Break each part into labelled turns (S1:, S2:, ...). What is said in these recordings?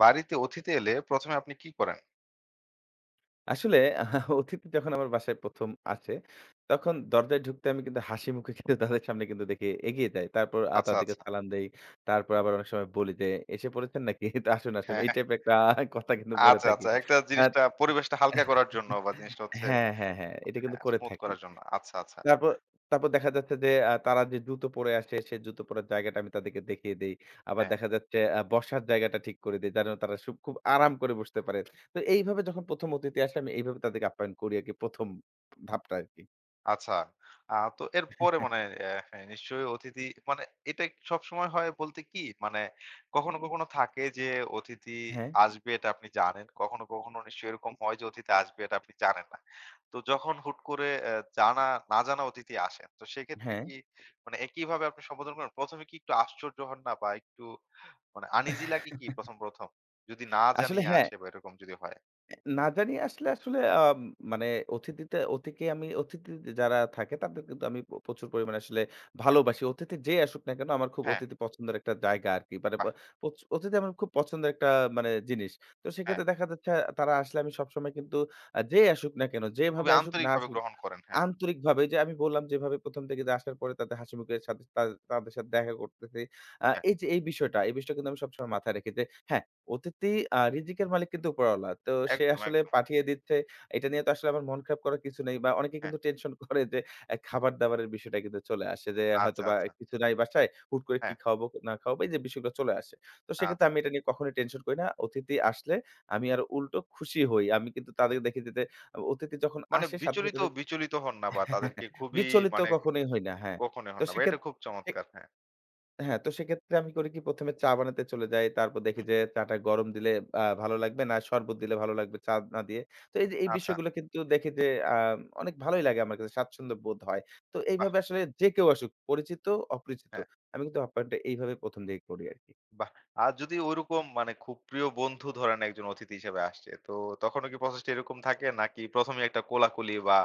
S1: বাড়িতে অতিথি এলে ১ম এ আপনি কি করেন?
S2: আসলে অতিথি যখন আমার বাসায় ১ম আসে, তখন দরজায় ঢুকতে আমি কিন্তু হাসি মুখে কিন্তু তাদের সামনে কিন্তু দেখি এগিয়ে যাই। তারপর
S1: আচ্ছা,
S2: তাদেরকে
S1: আচ্ছা।
S2: সালাম দেই। তারপর আবার অনেক সময় বলি যে, "এসে পড়েছেন নাকি? তো আসুন, আসুন।"
S1: হ্যাঁ,
S2: এই
S1: হ্যাঁ।
S2: টাইপের একটা কথা কিন্তু বলে
S1: আচ্ছা,
S2: থাকি।
S1: আচ্ছা। একটা
S2: আত
S1: জিনিসটা পরিবেশটা হালকা করার জন্য বা জিনিসটা হচ্ছে।
S2: হ্যাঁ, হ্যাঁ, হ্যাঁ। এটা কিন্তু
S1: হ্যাঁ,
S2: করে
S1: স্মুথ
S2: থাকি।
S1: করার জন্য। আচ্ছা, আচ্ছা।
S2: তারপর তারপর দেখা যাচ্ছে যে তারা যে জুতো পরে আসে, সে জুতো পরার জায়গাটা আমি তাদেরকে দেখিয়ে দেই। আবার
S1: হ্যাঁ।
S2: দেখা যাচ্ছে বসার জায়গাটা ঠিক করে দেই। যেন তারা খুব আরাম করে বসতে পারে। তো এইভাবে যখন ১ম অতিথি আসে, আমি এইভাবে তাদেরকে আপ্যায়ন করি আরকি ১ম ধাপটা আরকি।
S1: আচ্ছা। তো এরপরে মানে হ্যাঁ, নিশ্চয়ই অতিথি মানে এটা সবসময় হয় বলতে কি মানে কখনো, কখনো থাকে যে অতিথি
S2: হ্যাঁ,
S1: আসবে এটা আপনি জানেন। কখনো, কখনো নিশ্চয়ই এরকম হয় যে অতিথি আসবে এটা আপনি জানেন না। তো যখন হুট করে জানা না জানা অতিথি আসেন, তো সেক্ষেত্রে
S2: হ্যাঁ।
S1: কি মানে একইভাবে আপনি সম্বোধন করেন? ১ম এ কি একটু আশ্চর্য হন না বা একটু মানে আনইজি লাগে কি ১ম? যদি না
S2: আসলে
S1: জানিয়ে
S2: হ্যাঁ।
S1: আসে বা এরকম যদি হয়?
S2: না জানিয়ে আসলে আসলে আ মানে অতিথিতে অতিকে আমি অতিথি যারা থাকে তাদের কিন্তু আমি প্রচুর পরিমাণে আসলে ভালোবাসি। অতিথি যে আসুক না কেন আমার খুব
S1: হ্যাঁ,
S2: অতিথি পছন্দের একটা জায়গা আরকি। মানে প
S1: বাহ!
S2: পচ অতিথি আমার খুব পছন্দের একটা মানে জিনিস। তো
S1: হ্যাঁ,
S2: সেক্ষেত্রে দেখা যাচ্ছে তারা আসলে আমি সবসময় কিন্তু যে আসুক না কেন,
S1: খুবই
S2: যেভাবে আসুক না
S1: আন্তরিকভাবে
S2: আসুক
S1: গ্রহণ করেন। হ্যাঁ,
S2: আন্তরিকভাবে যে আমি বললাম যেভাবে ১ম থেকে যে আসার পরে তাদের হাসিমুখের সাথে তাদের সাথে দেখা করতেছি।
S1: হ্যাঁ।
S2: এই যে এই বিষয়টা, এই বিষয়টা কিন্তু আমি সবসময় মাথায় রেখি যে হ্যাঁ, অতিথি রিজিকের মালিক কিন্তু উপরওয়ালা। তো সে
S1: একদম,
S2: আসলে
S1: একদম।
S2: পাঠিয়ে দিচ্ছে। এটা নিয়ে তো আসলে আমার মন খারাপ করার কিছু নেই বা অনেকে
S1: হ্যাঁ।
S2: কিন্তু টেনশন করে যে খাবার-দাবারের বিষয়টা কিন্তু চলে আসে যে
S1: আচ্ছা,
S2: হয়তোবা
S1: আচ্ছা।
S2: কিছু নাই বাসায়, হুট করে কি
S1: হ্যাঁ,
S2: খাওয়াবো না খাওয়াবো এই যে বিষয়গুলো চলে আসে। তো সেক্ষেত্রে
S1: আচ্ছা,
S2: আমি
S1: আচ্ছা।
S2: এটা নিয়ে কখনোই টেনশন করি না। অতিথি আসলে আমি আরো উল্টো খুশি হই। আমি কিন্তু তাদের দেখি যে যে অতিথি যখন
S1: মানে
S2: আসে সাথে,
S1: বিচলিত
S2: সাথে আমি
S1: বিচলিত হন না বা তাদেরকে খুবই
S2: বিচলিত
S1: মানে
S2: কখনোই হই না। হ্যাঁ।
S1: কখনোই
S2: তো
S1: হন না। বা এটা খুব
S2: সেক্ষেত্রে
S1: চমৎকার। হ্যাঁ।
S2: হ্যাঁ, তো সেক্ষেত্রে আমি করি কি ১ম এ চা বানাতে চলে যাই। তারপর দেখি
S1: হুম।
S2: যে চাটা গরম দিলে ভালো লাগবে না শরবত দিলে ভালো লাগবে চা না দিয়ে। তো এই যে এই
S1: আচ্ছা,
S2: বিষয়গুলো কিন্তু দেখি যে আ অনেক ভালোই লাগে আমার কাছে স্বাচ্ছন্দ্য বোধ হয়। তো
S1: বাহ!
S2: এইভাবে আসলে যে কেউ আসুক পরিচিত, অপরিচিত
S1: হ্যাঁ।
S2: আমি কিন্তু আপ্যায়নটা এইভাবে ১ম দিকে করি আরকি।
S1: বাহ! আর যদি ওইরকম মানে খুব প্রিয় বন্ধু ধরেন একজন অতিথি হিসেবে আসছে, তো তখনও কি প্রসেসটা এরকম থাকে? নাকি ১ম এই একটা কোলাকুলি বা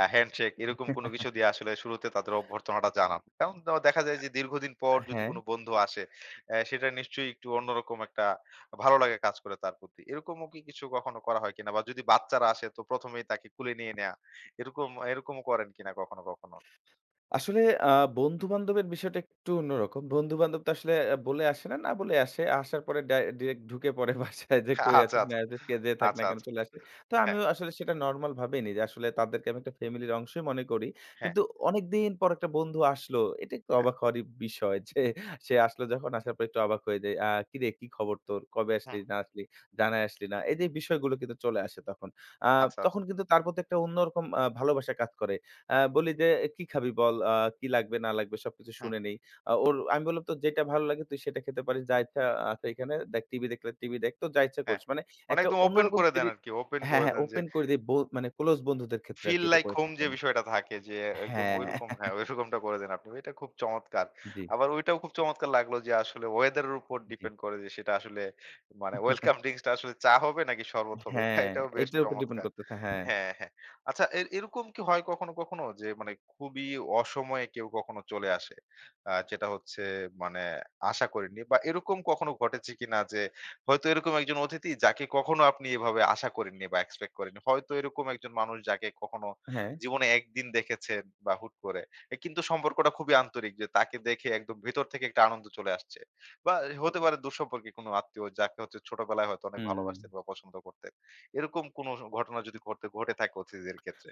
S1: হ্যান্ডশেক এরকম কোনো কিছু দিয়ে আসলে শুরুতে তাদের অভ্যর্থনাটা জানান? কারণ দেখা যায় যে দীর্ঘদিন পর যদি
S2: হ্যাঁ।
S1: কোনো বন্ধু আসে, সেটা নিশ্চয়ই একটু অন্যরকম একটা ভালো লাগা কাজ করে তার প্রতি। এরকমও কি কিছু কখনো করা হয় কিনা? বা যদি বাচ্চারা আসে তো ১ম এই তাকে কুলে নিয়ে নেয়া, এরকমও করেন কিনা কখনো, কখনো?
S2: আসলে আ বন্ধু-বান্ধবের বিষয়টা একটু অন্যরকম। বন্ধু-বান্ধব তো আসলে বলে আসে না, না বলে আসে। আসার পরে ডিরেক্ট ঢুকে পড়ে বাসায় যে কই
S1: আচ্ছা,
S2: আছিস না
S1: আচ্ছা,
S2: আছিস, কে যেয়ে থাক না
S1: আচ্ছা,
S2: কেন
S1: আচ্ছা।
S2: চলে আসে। তো
S1: হ্যাঁ,
S2: আমিও আসলে সেটা নরমাল ভাবেই নিই যে আসলে তাদেরকে আমি একটা ফ্যামিলির অংশই মনে করি।
S1: হ্যাঁ।
S2: কিন্তু অনেকদিন পর একটা বন্ধু আসলো, এটা একটু অবাক হওয়ারই বিষয় যে সে আসলো যখন আসার পর একটু অবাক হয়ে যাই। "কিরে কি খবর তোর? কবে
S1: হুম।
S2: আসলি না আসলি? জানায় আসলি না?" এই যে বিষয়গুলো কিন্তু চলে আসে তখন। আ
S1: আচ্ছা, আচ্ছা।
S2: তখন কিন্তু তার প্রতি একটা অন্যরকম ভালোবাসা কাজ করে। বলি যে, "কি খাবি বল? কি লাগবে না লাগবে সবকিছু
S1: হুম।
S2: শুনে নেই।" ওর আমি বললাম, "তোর যেটা ভালো লাগে তুই সেটা খেতে পারিস। যা ইচ্ছা আছে এখানে। দেখ টিভি দেখলে টিভি দেখ। তোর যা ইচ্ছা
S1: হ্যাঁ,
S2: করিস।" মানে
S1: মানে
S2: একটা
S1: একদম ওপেন
S2: অন্যরকম
S1: করে দেন
S2: ফ্রি
S1: আরকি। ওপেন
S2: হ্যাঁ,
S1: করে
S2: হ্যাঁ,
S1: দেন যে
S2: ওপেন করে দেই। মানে ক্লোজ বন্ধুদের ক্ষেত্রে
S1: ফিল
S2: আরকি এটা
S1: লাইক
S2: করে
S1: হোম
S2: থাকি
S1: যে
S2: আমি।
S1: বিষয়টা থাকে যে একদম ঐরকম
S2: হ্যাঁ,
S1: হ্যাঁ, ঐরকমটা করে দেন আপনি। এটা খুব চমৎকার।
S2: জি,
S1: আবার ওইটাও খুব চমৎকার লাগলো যে আসলে ওয়েদারের উপর
S2: জি।
S1: ডিপেন্ড করে যে সেটা আসলে মানে ওয়েলকাম ড্রিংকস টা আসলে চা হবে নাকি শরবত হবে।
S2: হ্যাঁ,
S1: এটাও বেশ
S2: এটার উপর ডিপেন্ড
S1: চমৎকার।
S2: করতেছে। হ্যাঁ,
S1: হ্যাঁ, হ্যাঁ। আচ্ছা এরকম কি হয় কখনো, কখনো যে মানে খুবই অসময়ে কেউ কখনো চলে আসে? যেটা হচ্ছে মানে আশা করেননি বা এরকম কখনো ঘটেছে কিনা যে হয়তো এরকম একজন অতিথি যাকে কখনো আপনি এভাবে আশা করেননি বা এক্সপেক্ট করেননি। হয়তো এরকম একজন মানুষ যাকে কখনো
S2: হ্যাঁ,
S1: জীবনে ১ দিন দেখেছেন বা হুট করে। এ কিন্তু সম্পর্কটা খুবই আন্তরিক যে তাকে দেখে একদম ভেতর থেকে একটা আনন্দ চলে আসছে। বা হতে পারে দূরসম্পর্কের কোনো আত্মীয় যাকে হচ্ছে ছোটবেলায় হয়তো অনেক
S2: হুম।
S1: ভালোবাসতেন বা পছন্দ করতেন। এরকম কোনো ঘটনা যদি ঘটে ঘটে থাকে অতিথিদের ক্ষেত্রে?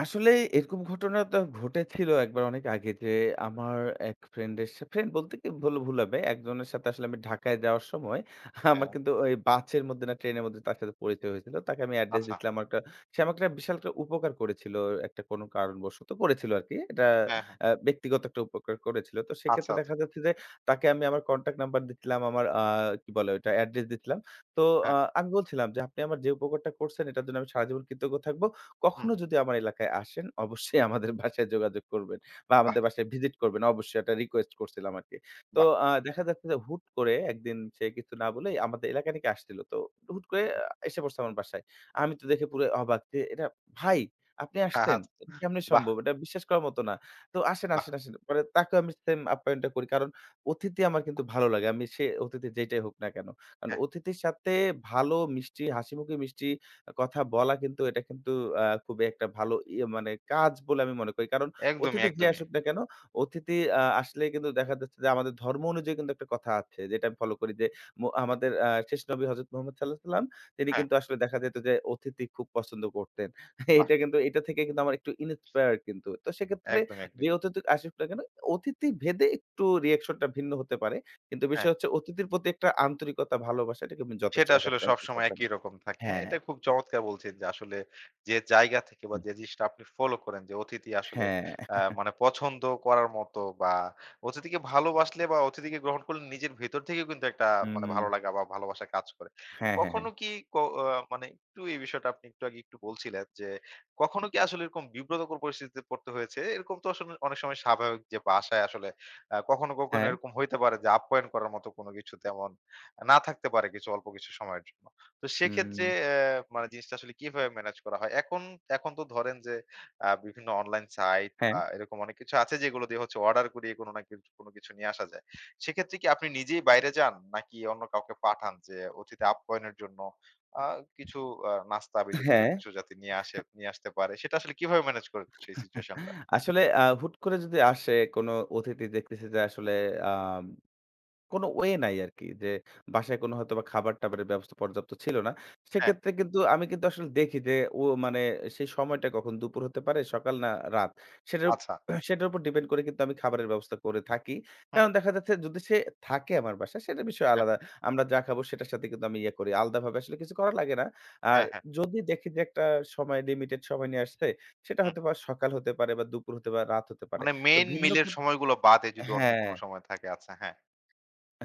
S2: আসলে এরকম ঘটনা তো ঘটেছিল একবার অনেক আগে যে আমার এক ফ্রেন্ডের ফ্রেন্ড বলতে কি ভুল ভুল হবে। একজনের সাথে আসলে আমি ঢাকায় যাওয়ার সময় আমার
S1: হ্যাঁ,
S2: কিন্তু ওই বাসের মধ্যে না ট্রেনের মধ্যে তার সাথে পরিচয় হয়েছিল। তাকে আমি অ্যাড্রেস
S1: আচ্ছা।
S2: দিচ্ছিলাম আমার একটা সে আমাকে একটা বিশাল একটা উপকার করেছিল একটা কোনো কারণবশত করেছিল আরকি। এটা
S1: হ্যাঁ, হ্যাঁ।
S2: ব্যক্তিগত একটা উপকার করেছিল। তো
S1: আচ্ছা,
S2: সেক্ষেত্রে
S1: আচ্ছা।
S2: দেখা যাচ্ছে যে তাকে আমি আমার কনট্যাক্ট নাম্বার দিচ্ছিলাম, আমার কি বলে ওইটা অ্যাড্রেস দিচ্ছিলাম। তো
S1: হ্যাঁ,
S2: আ আমি বলছিলাম যে, "আপনি আমার যে উপকারটা করছেন এটার জন্য আমি সারা জীবন কৃতজ্ঞ থাকব।"
S1: হুম।
S2: কখনো যদি আমার এলাকায় আসেন, অবশ্যই আমাদের বাসায় যোগাযোগ করবেন বা
S1: বাহ!
S2: আমাদের বাসায় ভিজিট করবেন। অবশ্যই একটা রিকোয়েস্ট করছিলাম আরকি। তো
S1: বাহ!
S2: দেখা যাচ্ছে যে হুট করে একদিন সে কিছু না বলেই আমাদের এলাকা নাকি আসছিল। তো হুট করে এসে পড়ছে আমার বাসায়। আমি তো দেখে পুরো অবাক যে, "এটা ভাই, আপনি
S1: হ্যাঁ,
S2: আসছেন?
S1: আচ্ছা।
S2: এটা কেমনে
S1: বাহ!
S2: সম্ভব? এটা বিশ্বাস করার মতো না। তো আসেন,
S1: বাহ!
S2: আসেন, আসেন।" পরে তাকেও আমি সেম আপ্যায়নটা করি। কারণ অতিথি আমার কিন্তু ভালো লাগে। আমি সে অতিথি যেইটাই হোক না কেন। কারণ
S1: হ্যাঁ,
S2: অতিথির সাথে ভালো মিষ্টি, হাসিমুখে মিষ্টি কথা বলা কিন্তু এটা কিন্তু খুবই একটা ভালো ইয়ে মানে কাজ বলে আমি মনে করি। কারণ
S1: একদমই,
S2: অতিথি যে
S1: একদমই।
S2: আসুক না কেন, অতিথি আসলেই কিন্তু দেখা যাচ্ছে যে আমাদের ধর্ম অনুযায়ী কিন্তু একটা কথা আছে যেটা আমি ফলো করি যে আমাদের শেষ নবী হযরত মুহাম্মদ সাঃ তিনি
S1: হ্যাঁ,
S2: কিন্তু আসলে দেখা যেত যে অতিথি খুব পছন্দ করতেন।
S1: বাহ!
S2: এটা কিন্তু এটা থেকে কিন্তু আমার একটু ইন্সপায়ার্ড কিন্তু। তো সেক্ষেত্রে
S1: একদম, একদম।
S2: যে অতিথি আসুক না কেন অতিথি ভেদে একটু রিঅ্যাকশনটা ভিন্ন হতে পারে। কিন্তু
S1: হ্যাঁ।
S2: বিষয় হচ্ছে অতিথির প্রতি একটা আন্তরিকতা, ভালোবাসা এটাকে আমি যথেষ্ট
S1: সেটা
S2: রাখার
S1: আসলে
S2: ট্রাই করি
S1: সবসময় একই
S2: সবসময়।
S1: রকম থাকে। হ্যাঁ,
S2: হ্যাঁ।
S1: এটা খুব চমৎকার বলছেন যে আসলে যে জায়গা থেকে বা যে জিনিসটা আপনি ফলো করেন যে অতিথি আসলে
S2: হ্যাঁ,
S1: মানে পছন্দ করার মতো বা অতিথিকে ভালোবাসলে বা অতিথিকে গ্রহণ করলে নিজের ভেতর থেকেও কিন্তু একটা মানে
S2: হুম।
S1: ভালো লাগা বা ভালোবাসা কাজ করে।
S2: হ্যাঁ, হ্যাঁ, হ্যাঁ।
S1: কখনো কি ক আ মানে একটু এই বিষয়টা আপনি একটু আগে একটু বলছিলেন যে কখনো কি আসলে এরকম বিব্রতকর পরিস্থিতিতে পড়তে হয়েছে? এরকম তো আসলে অনেক সময় স্বাভাবিক যে বাসায় আসলে কখনো, কখনো
S2: হ্যাঁ,
S1: এরকম হইতে পারে যে আপ্যায়ন করার মতো কোনো কিছু তেমন না থাকতে পারে কিছু অল্প কিছু সময়ের জন্য। তো
S2: হুম।
S1: সেক্ষেত্রে মানে জিনিসটা আসলে কিভাবে ম্যানেজ করা হয়? এখন এখন তো ধরেন যে বিভিন্ন অনলাইন সাইট
S2: হ্যাঁ,
S1: বা এরকম অনেক কিছু আছে যেগুলো দিয়ে হচ্ছে অর্ডার করিয়ে কোনো না কিছু কোনো কিছু নিয়ে আসা যায়। সেক্ষেত্রে কি আপনি নিজেই বাইরে যান নাকি অন্য কাউকে পাঠান যে অতিথি আপ্যায়নের জন্য আ কিছু নাস্তা বা এই জাতীয়
S2: হ্যাঁ।
S1: কিছু যাতে নিয়ে আসতে পারে সেটা আসলে কিভাবে ম্যানেজ করেন সেই সিচুয়েশনটা?
S2: আসলে হুট করে যদি আসে কোনো অতিথি দেখতেছি যে আসলে আম কোনো ওয়ে নাই আরকি যে, বাসায় কোনো হয়তোবা খাবার-টাবারের ব্যবস্থা পর্যাপ্ত ছিল না।
S1: হ্যাঁ,
S2: সেক্ষেত্রে কিন্তু আমি কিন্তু আসলে দেখি যে, মানে সেই সময়টা কখন দুপুর হতে পারে, সকাল না রাত। সেটার উপ
S1: আচ্ছা।
S2: সেটার উপর ডিপেন্ড করে কিন্তু আমি খাবারের ব্যবস্থা করে থাকি।
S1: হুম,
S2: কারণ দেখা যাচ্ছে যদি সে থাকে আমার বাসায় সেটা বিষয়
S1: হ্যাঁ,
S2: আলাদা। আমরা যা খাবো সেটার সাথে কিন্তু আমি ইয়ে করি। আলাদাভাবে আসলে কিছু করা লাগে না। আর
S1: হ্যাঁ, হ্যাঁ,
S2: যদি দেখি যে, একটা লিমিটেড সময় নিয়ে আসছে, সেটা
S1: হুম।
S2: হয়তোবা সকাল হতে পারে বা দুপুর হতে পারে, রাত হতে পারে।
S1: মানে
S2: তো
S1: মেইন
S2: ভিন্ন
S1: মিলের
S2: ক্ষেত
S1: সময়গুলো বাদে যদি অন্য
S2: হ্যাঁ।
S1: কোনো সময় থাকে আচ্ছা হ্যাঁ।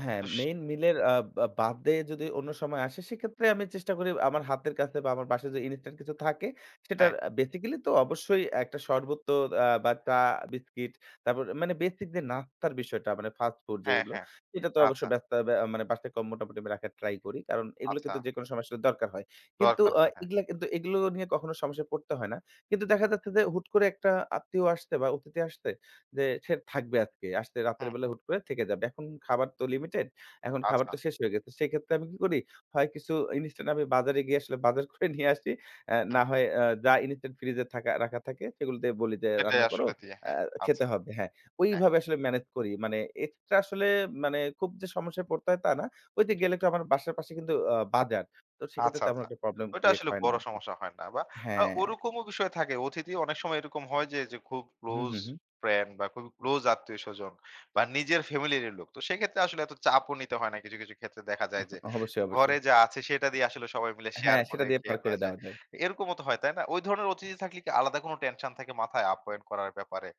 S2: হ্যাঁ,
S1: তুস
S2: মেইন মিলের বা বাদে যদি অন্য সময় আসে, সেক্ষেত্রে আমি চেষ্টা করি আমার হাতের কাছে বা আমার বাসায় যে ইনস্ট্যান্ট কিছু থাকে, সেটার
S1: হ্যাঁ,
S2: বেসিক্যালি তো অবশ্যই একটা শরবত তো বা চা, বিস্কিট তারপর মানে বেসিক যে নাস্তার বিষয়টা মানে ফাস্ট ফুড
S1: হ্যাঁ,
S2: যেগুলো,
S1: হ্যাঁ।
S2: সেটা তো
S1: আচ্ছা,
S2: অবশ্যই ব্যস্ত ব্যা মানে বাসায় কম মোটামুটি আমি রাখার ট্রাই করি। কারণ এগুলো
S1: আচ্ছা।
S2: কিন্তু যেকোনো সময় আসলে দরকার হয়। কিন্তু
S1: দরকার। হ্যাঁ, হ্যাঁ।
S2: এগুলা কিন্তু এগুলো নিয়ে কখনো সমস্যায় পড়তে হয় না। কিন্তু দেখা যাচ্ছে যে হুট করে একটা আত্মীয় আসছে বা অতিথি আসছে, যে সে থাকবে আজকে। আসতে রাতের
S1: হুম,
S2: বেলা হুট করে থেকে যাবে। এখন খাবার তো লিমিটেড। এখন খাবার
S1: আচ্ছা।
S2: তো শেষ হয়ে গেছে। সেক্ষেত্রে আমি কি করি? হয় কিছু ইনস্ট্যান্ট আমি বাজারে গিয়ে আসলে বাজার করে নিয়ে আসি।
S1: হুম।
S2: না হয় যা ইনস্ট্যান্ট ফ্রিজে রাখা থাকে সেগুলো দিয়ে বলি যে,
S1: সেটাই
S2: "রান্না করো,
S1: আসলে দিয়ে
S2: অ্যা
S1: হ্যাঁ, আচ্ছা।
S2: খেতে হবে।" হ্যাঁ,
S1: হ্যাঁ।
S2: ওইভাবে আসলে ম্যানেজ করি। মানে এক্সট্রা আসলে মানে খুব যে সমস্যায় পড়তে হয় তা না। ওই যে গেলে তো আমার বাসার পাশে কিন্তু বাজার। তো সেক্ষেত্রে
S1: আচ্ছা,
S2: তেমন
S1: আচ্ছা।
S2: একটা প্রবলেম
S1: ওইটা
S2: ক্রিয়েট
S1: আসলে
S2: হয় না
S1: বড়
S2: আরকি।
S1: সমস্যা হয় না বা
S2: হ্যাঁ।
S1: ওরকমও বিষয় থাকে। অতিথি অনেক সময় এরকম হয় যে, যে খুব ক্লোজ
S2: হুম।
S1: ফ্রেন্ড বা খুব ক্লোজ আত্মীয়স্বজন বা নিজের ফ্যামিলিরই লোক। তো সেক্ষেত্রে আসলে এত চাপও নিতে হয় না। কিছু, কিছু ক্ষেত্রে দেখা যায় যে
S2: অবশ্যই,
S1: ঘরে
S2: অবশ্যই।
S1: যা আছে সেটা দিয়ে আসলে সবাই মিলে শেয়ার
S2: হ্যাঁ, সেটা
S1: করে
S2: দিয়ে পার
S1: খেয়ে নেয়া
S2: করে
S1: যায়।
S2: দেওয়া যায়।
S1: এরকমও তো হয়, তাই না? ওই ধরনের অতিথি থাকলে কি আলাদা কোনো টেনশন থাকে মাথায় আপ্যায়ন করার ব্যাপারে?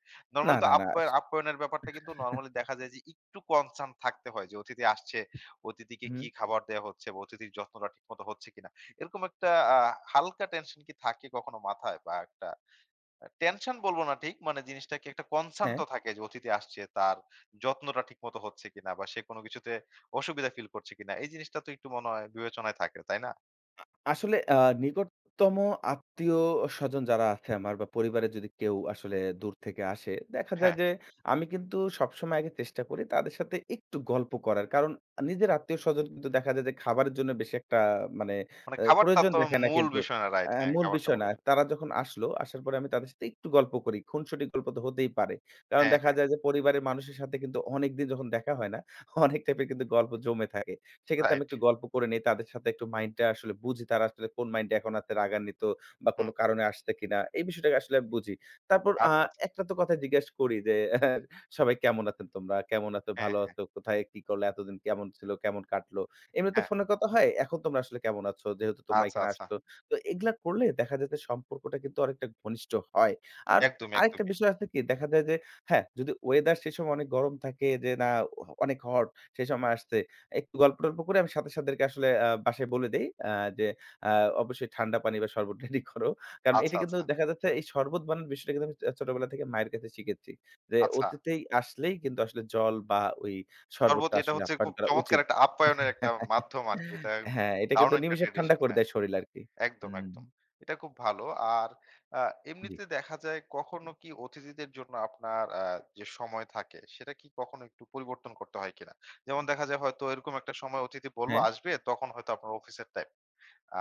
S2: না,
S1: নরমালি তো
S2: না, না।
S1: আপ্যায়নের ব্যাপারটা কিন্তু নরমালি দেখা যায় যে একটু কনসার্ন থাকতে হয় যে অতিথি আসছে অতিথিকে
S2: হুম,
S1: কি খাবার দেয়া হচ্ছে বা অতিথির যত্নটা ঠিকমতো হচ্ছে কিনা। এরকম একটা আ হালকা টেনশন কি থাকে কখনো মাথায় বা একটা টেনশন বলবো না ঠিক, মানে জিনিসটাকে একটা কনসার্ন
S2: হ্যাঁ।
S1: তো থাকে যে অতিথি আসছে তার যত্নটা ঠিকমতো হচ্ছে কিনা বা সে কোনো কিছুতে অসুবিধা ফিল করছে কিনা। এই জিনিসটা তো একটু মনে হয় বিবেচনায় থাকে, তাই না?
S2: আসলে নিকটতম আত্মীয়স্বজন যারা আছে আমার বা পরিবারের যদি কেউ আসলে দূর থেকে আসে, দেখা যায়
S1: হ্যাঁ,
S2: যে আমি কিন্তু সবসময় আগে চেষ্টা করি তাদের সাথে একটু গল্প করার। কারণ নিজের আত্মীয়স্বজন কিন্তু দেখা যায় যে খাবারের জন্য বেশি একটা মানে
S1: মানে খাবারটা
S2: প্রয়োজন
S1: তো
S2: দেখায় না
S1: মূল
S2: কিন্তু।
S1: বিষয় না, রাইট। হ্যাঁ,
S2: মূল
S1: খাবারটা
S2: বিষয়
S1: মূল
S2: না।
S1: বিষয় না।
S2: তারা যখন আসলো, আসার পরে আমি তাদের সাথে একটু গল্প করি। খুনসুটি গল্প তো হতেই পারে। কারণ
S1: হ্যাঁ,
S2: দেখা
S1: হ্যাঁ,
S2: যায় যে পরিবারের মানুষের সাথে কিন্তু অনেকদিন যখন দেখা হয় না, অনেক টাইপের কিন্তু গল্প জমে থাকে। সেক্ষেত্রে আমি
S1: রাইট।
S2: একটু গল্প করে নেই। তাদের সাথে একটু মাইন্ডটা আসলে বুঝি তারা আসলে কোন মাইন্ডটা এখন আছে রাগান্বিত বা
S1: হুম,
S2: কোনো কারণে আসছে কিনা। এই বিষয়টাকে আসলে আমি বুঝি। তারপর
S1: আচ্ছা, আচ্ছা।
S2: একটা তো কথা জিজ্ঞেস করি যে, "সবাই কেমন আছেন তোমরা? কেমন আছো?
S1: হ্যাঁ,
S2: ভালো আছো? কোথায় কি করলে? এতদিন কেমন ছিল? কেমন কাটলো?" এমনি তো
S1: হ্যাঁ,
S2: ফোনে কথা হয়। "এখন তোমরা আসলে কেমন আছো? যেহেতু তোমরা
S1: আচ্ছা,
S2: এখানে
S1: আচ্ছা।
S2: আসছো।" তো এগুলা করলে দেখা যায় যে সম্পর্কটা কিন্তু অনেকটা ঘনিষ্ঠ হয়। আর
S1: একদমই,
S2: আরেকটা
S1: একদমই।
S2: বিষয় আছে কি দেখা যায় যে হ্যাঁ, যদি ওয়েদার সেই সময় অনেক গরম থাকে যে না
S1: হুম,
S2: অনেক হট সেই সময় আসছে। একটু গল্প-টল্প করে আমি সাথে সাদেরকে আসলে বাসায় বলে দেই যে আ অবশ্যই ঠান্ডা পানি বা শরবত রেডি করো। কারণ
S1: আচ্ছা,
S2: এটা কিন্তু
S1: আচ্ছা,
S2: দেখা যাচ্ছে এই শরবত বানানোর বিষয়টা কিন্তু আমি ছোটবেলা থেকে মায়ের কাছে শিখেছি। যে
S1: আচ্ছা।
S2: অতিথি আসলেই কিন্তু আসলে জল বা ওই
S1: শরবত
S2: শরবতটা
S1: এটা
S2: আসলে
S1: হচ্ছে
S2: আপ্যায়ন
S1: খুব
S2: করা
S1: চমৎকার
S2: উচিত।
S1: একটা আপ্যায়নের একটা মাধ্যম আরকি। এটা মানে
S2: হ্যাঁ,
S1: খুব
S2: এটা
S1: দারুণ
S2: কিন্তু
S1: একটা
S2: নিমেষে ঠান্ডা
S1: ট্র্যাডিশন।
S2: করে
S1: হ্যাঁ,
S2: দেয় শরীল আরকি।
S1: একদম,
S2: হুম,
S1: একদম। এটা খুব ভালো। আর আ
S2: জি।
S1: এমনিতে দেখা যায় কখনো কি অতিথিদের জন্য আপনার যে সময় থাকে সেটা কি কখনো একটু পরিবর্তন করতে হয় কিনা? যেমন দেখা যায় হয়তো এরকম একটা সময় অতিথি বলল
S2: হ্যাঁ।
S1: আসবে তখন হয়তো আপনার অফিসের টাইম।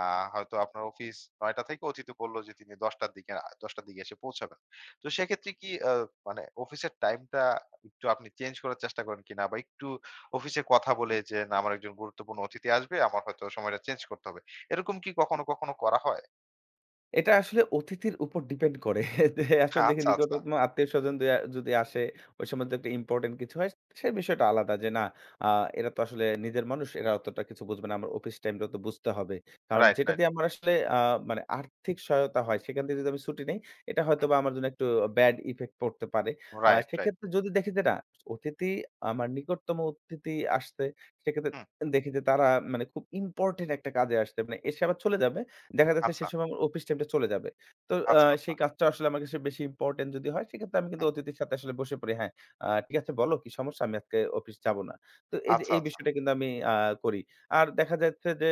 S1: আ হয়তো আপনার অফিস ৯:০০ থেকে অতিথি বলল যে তিনি ১০:০০ র দিকে এসে পৌঁছাবেন। তো সেক্ষেত্রে কি মানে অফিসের টাইমটা একটু আপনি চেঞ্জ করার চেষ্টা করেন কিনা? বা একটু অফিসে কথা বলে যে, "না, আমার একজন গুরুত্বপূর্ণ অতিথি আসবে, আমার হয়তো সময়টা চেঞ্জ করতে হবে।" এরকম কি কখনো, কখনো করা হয়?
S2: এটা আসলে অতিথির উপর ডিপেন্ড করে। যে আসলে
S1: হ্যাঁ,
S2: দেখি
S1: আচ্ছা, আচ্ছা।
S2: নিকটতম আত্মীয়স্বজন যদি আসে, ওই সময় যদি একটা ইম্পোর্টেন্ট কিছু হয়, সে বিষয়টা আলাদা যে না আ এরা তো আসলে নিজের মানুষ, এরা অতটা কিছু বুঝবে না। আমার অফিস টাইমটা তো বুঝতে হবে। কারণ
S1: রাইট,
S2: যেটা
S1: রাইট।
S2: দিয়ে আমার আসলে মানে আর্থিক সহায়তা হয়, সেখান থেকে যদি আমি ছুটি নেই, এটা
S1: হুম,
S2: হয়তোবা আমার জন্য একটু ব্যাড ইফেক্ট পড়তে পারে।
S1: Right, right.
S2: সেক্ষেত্রে যদি দেখি যে না, অতিথি আমার নিকটতম অতিথি আসছে, সেক্ষেত্রে
S1: হুম,
S2: দেখি যে তারা মানে খুব ইম্পোর্টেন্ট একটা কাজে আসছে। মানে এসে আবার চলে যাবে। দেখা যাচ্ছে
S1: আচ্ছা,
S2: সে সময় আমার অফিস টাইমটা চলে যাবে। তো
S1: আচ্ছা, আচ্ছা।
S2: সেই কাজটা আসলে আমার কাছে বেশি ইম্পোর্টেন্ট যদি হয় সেক্ষেত্রে আমি কিন্তু
S1: হুম,
S2: অতিথির সাথে আসলে বসে পড়ি। হ্যাঁ, ঠিক আছে বলো কি সমস্যা? আমি আজকে অফিস যাব না। তো এই যে
S1: আচ্ছা,
S2: এই
S1: আচ্ছা।
S2: বিষয়টা কিন্তু আমি করি। আর দেখা যাচ্ছে যে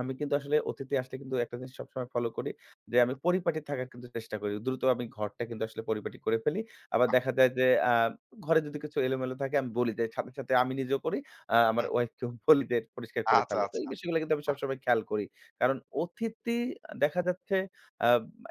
S2: আমি কিন্তু আসলে অতিথি আসলে কিন্তু একটা জিনিস সবসময় ফলো করি যে, আমি পরিপাটি থাকার কিন্তু চেষ্টা করি। দ্রুত আমি ঘরটা কিন্তু আসলে পরিপাটি করে ফেলি। আবার
S1: বাহ!
S2: দেখা যায় যে, আ ঘরে যদি কিছু এলোমেলো থাকে আমি বলি যে, সাথে, সাথে আমি নিজেও করি। আমার
S1: হুম,
S2: ওয়াইফকেও বলি যে, পরিষ্কার করে
S1: আচ্ছা,
S2: ফেলো। তো এই
S1: আচ্ছা।
S2: বিষয়গুলো কিন্তু আমি
S1: বাহ!
S2: সবসময় খেয়াল করি। কারণ অতিথি দেখা যাচ্ছে আ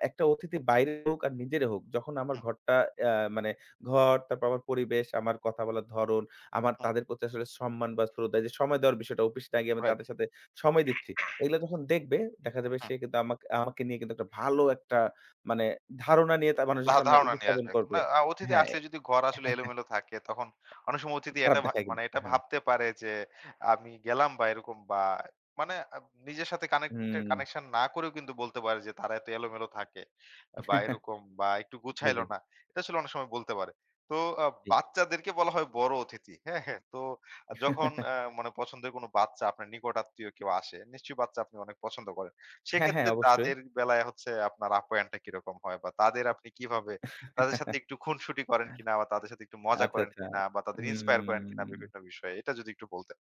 S2: একটা অতিথি বাইরে হোক আর নিজেরে হোক, যখন আমার
S1: হুম,
S2: ঘরটা আ মানে ঘর, তারপর আমার পরিবেশ, আমার কথা বলার ধরন, আমার
S1: হুম,
S2: তাদের প্রতি আসলে সম্মান বা শ্রদ্ধা এই যে, সময় দেওয়ার বিষয়টা অফিস না গিয়ে আমি
S1: রাইট।
S2: তাদের সাথে সময় দিচ্ছি। এগুলা যখন দেখবে, দেখা যাবে
S1: হুম।
S2: সে কিন্তু আমাকে আমাকে নিয়ে কিন্তু একটা ভালো একটা মানে ধারণা নিয়ে তার
S1: না
S2: মানুষের সামনে
S1: ধারণা নিয়ে
S2: উপস্থাপন
S1: আসবে।
S2: করবে।
S1: না অতিথি
S2: হ্যাঁ,
S1: আসলে যদি ঘর আসলে এলোমেলো থাকে তখন অনেক সময় অতিথি
S2: খারাপ
S1: এটা
S2: দেখায়
S1: মানে
S2: কিন্তু।
S1: এটা
S2: হ্যাঁ।
S1: ভাবতে পারে যে আমি গেলাম বা এরকম বা মানে নিজের সাথে কানেক্টেড
S2: হুম।
S1: কানেকশন না করেও কিন্তু বলতে পারে যে তারা এত এলোমেলো থাকে বা এরকম বা একটু
S2: জি,
S1: গুছাইলো
S2: জি,
S1: না। এটা আসলে অনেক সময় বলতে পারে। তো আ
S2: জি।
S1: বাচ্চাদেরকে বলা হয় বড় অতিথি। হ্যাঁ, হ্যাঁ। তো যখন মানে পছন্দের কোনো বাচ্চা আপনার নিকট আত্মীয় কেউ আসে, নিশ্চয়ই বাচ্চা আপনি অনেক পছন্দ করেন।
S2: হ্যাঁ, হ্যাঁ,
S1: সেক্ষেত্রে
S2: অবশ্যই।
S1: তাদের বেলায় হচ্ছে আপনার আপ্যায়নটা কিরকম হয়? বা তাদের আপনি কিভাবে তাদের সাথে একটু খুনসুটি করেন কিনা বা তাদের সাথে একটু মজা
S2: আচ্ছা,
S1: করেন
S2: আচ্ছা।
S1: কিনা বা তাদের ইন্সপায়ার করেন কিনা
S2: হুম।
S1: বিভিন্ন বিষয়ে? এটা যদি একটু বলতেন।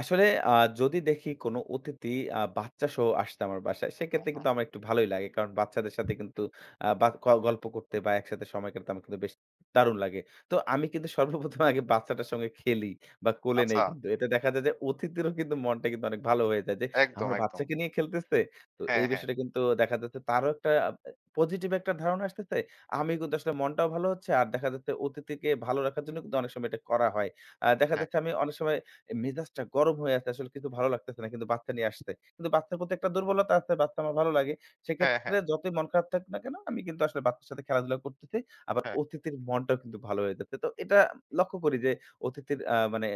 S2: আসলে আ যদি দেখি কোনো অতিথি বাচ্চাসহ আসছে আমার বাসায়, সেক্ষেত্রে কিন্তু আমার একটু ভালোই লাগে। কারণ বাচ্চাদের সাথে কিন্তু আ বা ক গল্প করতে বা একসাথে সময় কাটাতে আমার কিন্তু বেশ দারুণ লাগে। তো আমি কিন্তু সর্বপ্রথম আগে বাচ্চাটার সঙ্গে খেলি বা কোলে নেই
S1: আচ্ছা,
S2: কিন্তু। এতে দেখা যায় যে অতিথিরও কিন্তু মনটা কিন্তু অনেক ভালো হয়ে যায় যে,
S1: একদম,
S2: আমার
S1: একদম।
S2: বাচ্চাকে নিয়ে খেলতেছে। তো
S1: হ্যাঁ,
S2: এই
S1: হ্যাঁ,
S2: বিষয়টা কিন্তু দেখা যাচ্ছে তারও একটা পজিটিভ একটা ধারণা আসতেছে। আমি কিন্তু আসলে মনটাও ভালো হচ্ছে। আর দেখা যাচ্ছে অতিথিকে ভালো রাখার জন্য কিন্তু অনেক সময় এটা করা হয়। দেখা
S1: হ্যাঁ,
S2: যাচ্ছে আমি অনেক সময় এ মেজাজটা গরম হয়ে আছে। আসলে কিছু ভালো লাগতেছে না। কিন্তু বাচ্চা নিয়ে আসছে। কিন্তু বাচ্চার প্রতি একটা দুর্বলতা আছে। বাচ্চা আমার ভালো লাগে।
S1: হ্যাঁ, হ্যাঁ,
S2: সেক্ষেত্রে যতই মন খারাপ থাকুক না কেন, আমি কিন্তু আসলে বাচ্চার সাথে খেলাধুলা করতেছি। আবার
S1: হ্যাঁ।
S2: অতিথির মনটাও কিন্তু ভালো হয়ে যাচ্ছে। তো এটা লক্ষ্য করি যে অতিথির মানে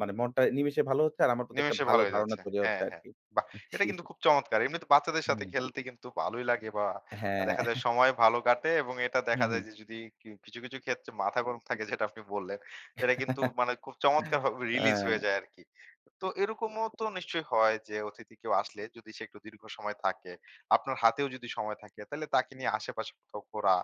S2: মানে মনটা নিমেষে ভালো হচ্ছে আর আমার প্রতি একটা
S1: নিমেষে
S2: ভালো
S1: ভালো হয়ে
S2: ধারণা
S1: যাচ্ছে।
S2: তৈরি হচ্ছে
S1: হ্যাঁ, হ্যাঁ।
S2: আরকি।
S1: বাহ! এটা
S2: জি।
S1: কিন্তু খুব চমৎকার। এমনিতে বাচ্চাদের সাথে
S2: হুম।
S1: খেলতে কিন্তু ভালোই লাগে বা
S2: হ্যাঁ।
S1: দেখা যায় সময় ভালো কাটে এবং এটা
S2: হুম,
S1: দেখা যায়
S2: হুম।
S1: যে যদি কি কিছু, কিছু ক্ষেত্রে মাথা গরম থাকে যেটা আপনি বললেন, সেটা কিন্তু মানে খুব চমৎকারভাবে রিলিজ
S2: হ্যাঁ।
S1: হয়ে যায় আরকি। তো এরকমও তো নিশ্চয়ই হয় যে অতিথি কেউ আসলে যদি সে একটু দীর্ঘ সময় থাকে, আপনার হাতেও যদি সময় থাকে তাহলে তাকে নিয়ে আশেপাশে কোথাও ঘোরা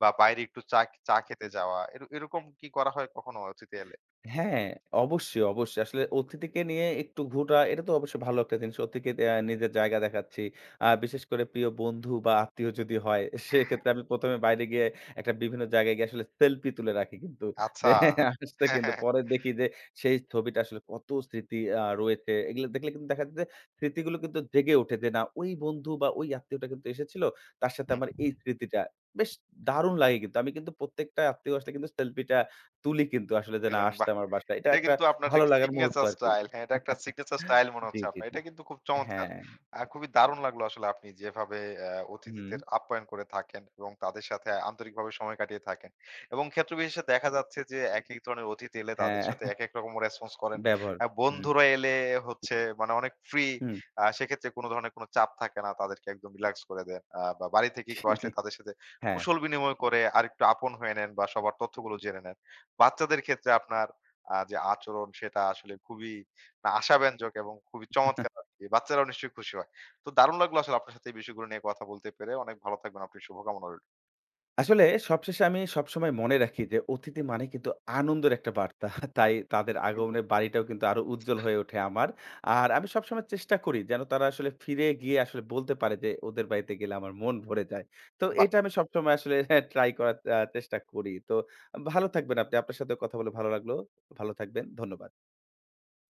S1: বা বাইরে একটু চা চা খেতে যাওয়া এরকম কি করা হয় কখনো অতিথি এলে?
S2: হ্যাঁ, অবশ্যই, অবশ্যই। আসলে অতিথিকে নিয়ে একটু ঘোরা এটা তো অবশ্যই ভালো একটা জিনিস। অতিথিকে নিজের জায়গা দেখাচ্ছি। বিশেষ করে প্রিয় বন্ধু বা আত্মীয় যদি হয়, সেক্ষেত্রে আমি ১ম এ বাইরে গিয়ে একটা বিভিন্ন জায়গায় গিয়ে আসলে সেলফি তুলে রাখি কিন্তু।
S1: আচ্ছা।
S2: যে আসছে
S1: হ্যাঁ,
S2: কিন্তু
S1: হ্যাঁ, হ্যাঁ।
S2: পরে দেখি যে সেই ছবিটা আসলে কত স্মৃতি রয়েছে। এগুলো দেখলে কিন্তু দেখা যায় যে স্মৃতিগুলো কিন্তু জেগে ওঠে যে না ওই বন্ধু বা ওই আত্মীয়টা কিন্তু এসেছিল। তার সাথে
S1: হুম,
S2: আমার এই স্মৃতিটা। বেশ দারুণ লাগে কিন্তু। আমি কিন্তু প্রত্যেকটা আত্মীয় আসলে কিন্তু সেলফিটা তুলি কিন্তু আসলে যে, না
S1: এলেন
S2: আসছে
S1: বাহ!
S2: আমার বাসায়। এটা
S1: এটা
S2: একটা
S1: কিন্তু আপনার
S2: ভালো
S1: একটা
S2: লাগার মুহূর্ত
S1: সিগনেচার
S2: আরকি।
S1: স্টাইল। হ্যাঁ, এটা একটা সিগনেচার স্টাইল মনে
S2: জি,
S1: হচ্ছে
S2: জি,
S1: আপনার।
S2: জি।
S1: এটা কিন্তু খুব চমৎকার।
S2: হ্যাঁ,
S1: খুবই দারুণ লাগলো আসলে আপনি যেভাবে
S2: হুম,
S1: অতিথিদের আপ্যায়ন করে থাকেন এবং তাদের সাথে আন্তরিকভাবে সময় কাটিয়ে থাকেন। এবং ক্ষেত্র বিশেষে দেখা যাচ্ছে যে একেক ধরনের অতিথি এলে
S2: হ্যাঁ,
S1: তাদের সাথে একেক রকম রেসপন্স করেন।
S2: ব্যবহার। হুম,
S1: বন্ধুরা এলে হচ্ছে মানে অনেক ফ্রি।
S2: হুম,
S1: সেক্ষেত্রে কোনো ধরনের কোনো চাপ থাকে না। তাদেরকে একদম রিল্যাক্স করে দেন। বা বাড়ি থেকে কেউ আসলে
S2: জি,
S1: তাদের সাথে
S2: হ্যাঁ।
S1: কুশল বিনিময় করে আরেকটু আপন হয়ে নেন বা সবার তথ্যগুলো জেনে নেন। বাচ্চাদের ক্ষেত্রে আপনার যে আচরণ সেটা আসলে খুবই আশাব্যঞ্জক এবং খুবই চমৎকার আরকি। বাচ্চারাও নিশ্চয়ই খুশি হয়। তো দারুণ লাগলো আসলে আপনার সাথে এই বিষয়গুলো নিয়ে কথা বলতে পেরে। অনেক ভালো থাকবেন আপনি। শুভকামনা রইল।
S2: আসলে সবশেষে আমি সবসময় মনে রাখি যে অতিথি মানে কিন্তু আনন্দের একটা বার্তা। তাই তাদের
S1: একদম।
S2: আগমনে বাড়িটাও কিন্তু আরো উজ্জ্বল হয়ে ওঠে আমার। আর আমি সবসময় চেষ্টা করি যেন তারা আসলে ফিরে গিয়ে আসলে বলতে পারে যে ওদের বাড়িতে গেলে আমার মন ভরে যায়। তো
S1: বাহ!
S2: এটা আমি সবসময় আসলে ট্রাই করার চেষ্টা করি। তো ভালো থাকবেন আপনি। আপনার সাথেও কথা বলে ভালো লাগলো। ভালো থাকবেন। ধন্যবাদ।